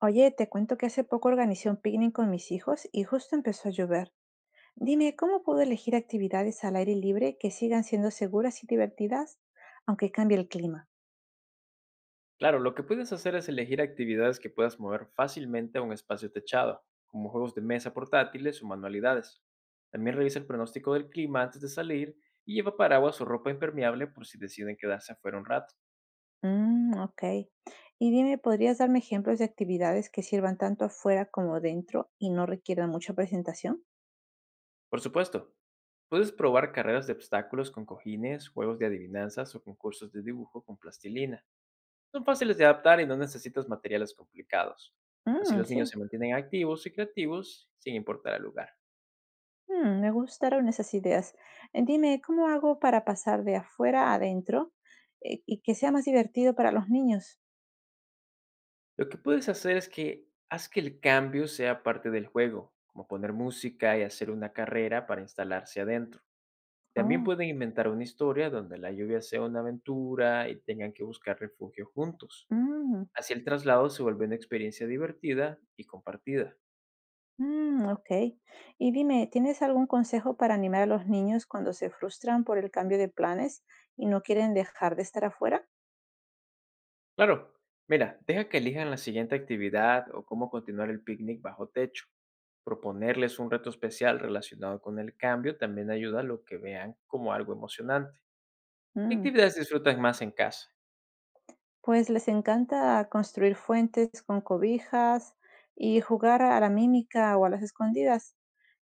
Oye, te cuento que hace poco organicé un picnic con mis hijos y justo empezó a llover. Dime, ¿cómo puedo elegir actividades al aire libre que sigan siendo seguras y divertidas, aunque cambie el clima? Claro, lo que puedes hacer es elegir actividades que puedas mover fácilmente a un espacio techado, como juegos de mesa portátiles o manualidades. También revisa el pronóstico del clima antes de salir y lleva paraguas o ropa impermeable por si deciden quedarse afuera un rato. Mm, ok. Y dime, ¿podrías darme ejemplos de actividades que sirvan tanto afuera como dentro y no requieran mucha presentación? Por supuesto, puedes probar carreras de obstáculos con cojines, juegos de adivinanzas o concursos de dibujo con plastilina. Son fáciles de adaptar y no necesitas materiales complicados. Así Mm, los niños sí. se mantienen activos y creativos sin importar el lugar. Mm, me gustaron esas ideas. Dime, ¿cómo hago para pasar de afuera a adentro, y que sea más divertido para los niños? Lo que puedes hacer es que haz que el cambio sea parte del juego, como poner música y hacer una carrera para instalarse adentro. También Oh, pueden inventar una historia donde la lluvia sea una aventura y tengan que buscar refugio juntos. mm. Así el traslado se vuelve una experiencia divertida y compartida. Mm, ok. Y dime, ¿tienes algún consejo para animar a los niños cuando se frustran por el cambio de planes y no quieren dejar de estar afuera? Claro, mira, deja que elijan la siguiente actividad o cómo continuar el picnic bajo techo. Proponerles un reto especial relacionado con el cambio también ayuda a lo que vean como algo emocionante. ¿Qué Mm. actividades disfrutan más en casa? Pues les encanta construir fuentes con cobijas y jugar a la mímica o a las escondidas.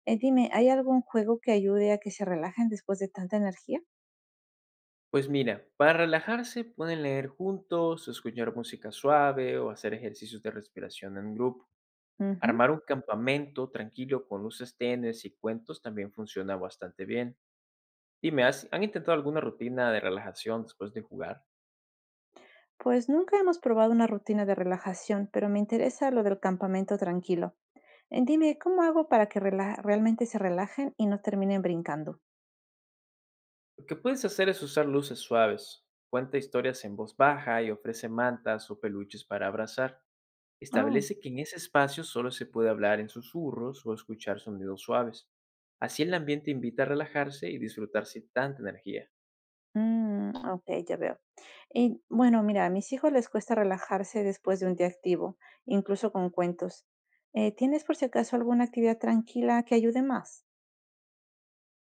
Dime, ¿hay algún juego que ayude a que se relajen después de tanta energía? Pues mira, para relajarse pueden leer juntos, escuchar música suave o hacer ejercicios de respiración en grupo. Ujú. Armar un campamento tranquilo con luces tenues y cuentos también funciona bastante bien. Dime, ¿han intentado alguna rutina de relajación después de jugar? Pues nunca hemos probado una rutina de relajación, pero me interesa lo del campamento tranquilo. Dime, ¿cómo hago para que realmente se relajen y no terminen brincando? Lo que puedes hacer es usar luces suaves. Cuenta historias en voz baja y ofrece mantas o peluches para abrazar. Oh, Establece que en ese espacio solo se puede hablar en susurros o escuchar sonidos suaves. Así el ambiente invita a relajarse y disfrutar sin tanta energía. mm, okey, ya veo. Y bueno, mira, a mis hijos les cuesta relajarse después de un día activo, incluso con cuentos. ¿Tienes por si acaso alguna actividad tranquila que ayude más?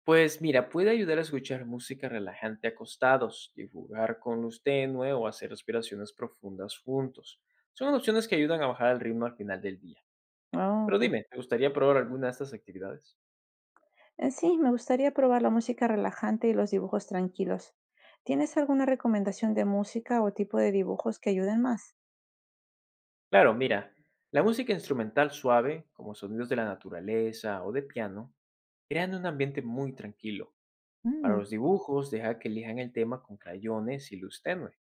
Pues mira, puede ayudar a escuchar música relajante acostados, dibujar con luz tenue o hacer respiraciones profundas juntos. Son opciones que ayudan a bajar el ritmo al final del día. Ah, Pero okey. dime, ¿te gustaría probar alguna de estas actividades? Sí, me gustaría probar la música relajante y los dibujos tranquilos. ¿Tienes alguna recomendación de música o tipo de dibujos que ayuden más? Claro, mira, la música instrumental suave, como sonidos de la naturaleza o de piano, crean un ambiente muy tranquilo. Para Mm, los dibujos, deja que elijan el tema con crayones y luz tenue.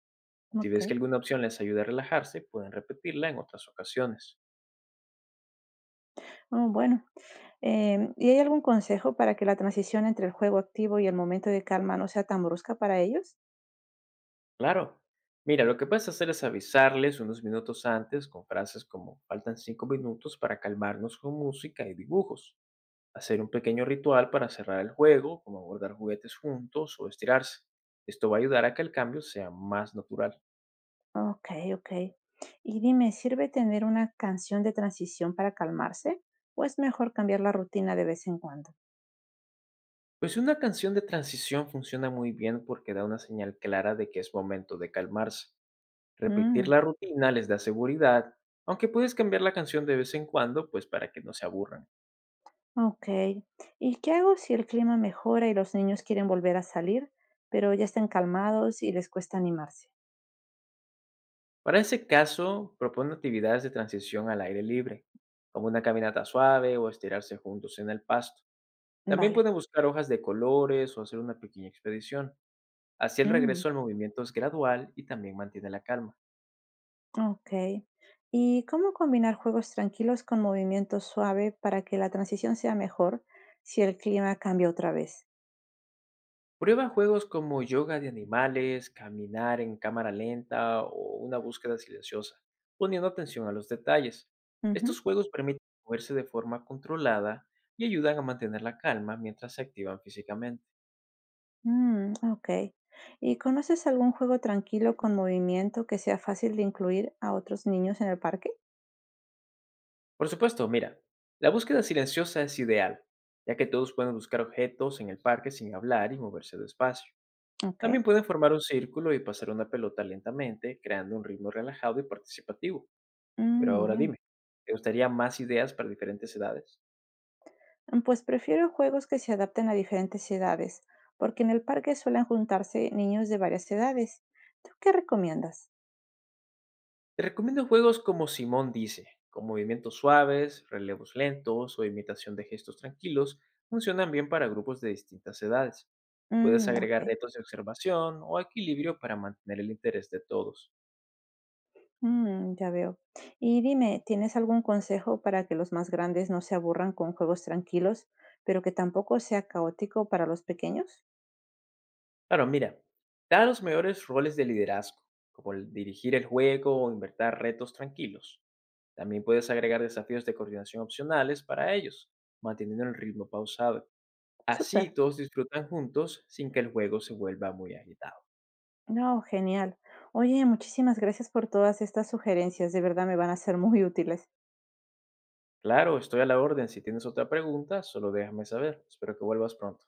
Si ves que okey. alguna opción les ayuda a relajarse, pueden repetirla en otras ocasiones. Oh, bueno. ¿Y hay algún consejo para que la transición entre el juego activo y el momento de calma no sea tan brusca para ellos? Claro. Mira, lo que puedes hacer es avisarles unos minutos antes con frases como faltan 5 minutos para calmarnos con música y dibujos. Hacer un pequeño ritual para cerrar el juego, como abordar juguetes juntos o estirarse. Esto va a ayudar a que el cambio sea más natural. Okey, okey. Y dime, ¿sirve tener una canción de transición para calmarse, o es mejor cambiar la rutina de vez en cuando? Pues una canción de transición funciona muy bien porque da una señal clara de que es momento de calmarse. Repetir Mm, la rutina les da seguridad, aunque puedes cambiar la canción de vez en cuando, pues para que no se aburran. okey. ¿Y qué hago si el clima mejora y los niños quieren volver a salir, pero ya están calmados y les cuesta animarse? Para ese caso, propone actividades de transición al aire libre, como una caminata suave o estirarse juntos en el pasto. También Vale. pueden buscar hojas de colores o hacer una pequeña expedición. Así el Mm, regreso al movimiento es gradual y también mantiene la calma. okey. ¿Y cómo combinar juegos tranquilos con movimiento suave para que la transición sea mejor si el clima cambia otra vez? Prueba juegos como yoga de animales, caminar en cámara lenta o una búsqueda silenciosa, poniendo atención a los detalles. Estos Ujú. juegos permiten moverse de forma controlada y ayudan a mantener la calma mientras se activan físicamente. Mm, ok. ¿Y conoces algún juego tranquilo con movimiento que sea fácil de incluir a otros niños en el parque? Por supuesto, mira, la búsqueda silenciosa es ideal, ya que todos pueden buscar objetos en el parque sin hablar y moverse despacio. Ok. También pueden formar un círculo y pasar una pelota lentamente, creando un ritmo relajado y participativo. Pero Mm, ahora bien. dime, ¿te gustaría más ideas para diferentes edades? Mm, pues prefiero juegos que se adapten a diferentes edades, porque en el parque suelen juntarse niños de varias edades. ¿Tú qué recomiendas? Te recomiendo juegos como Simón dice, con movimientos suaves, relevos lentos o imitación de gestos tranquilos, funcionan bien para grupos de distintas edades. Puedes Mm, ok. agregar retos de observación o equilibrio para mantener el interés de todos. Mm, ya veo. Y dime, ¿tienes algún consejo para que los más grandes no se aburran con juegos tranquilos, pero que tampoco sea caótico para los pequeños? Claro, mira, da los mejores roles de liderazgo, como el dirigir el juego o inventar retos tranquilos. También puedes agregar desafíos de coordinación opcionales para ellos, manteniendo el ritmo pausado. Súper. Así todos disfrutan juntos sin que el juego se vuelva muy agitado. No, genial. Oye, muchísimas gracias por todas estas sugerencias, de verdad me van a ser muy útiles. Claro, estoy a la orden. Si tienes otra pregunta, solo déjame saber. Espero que vuelvas pronto.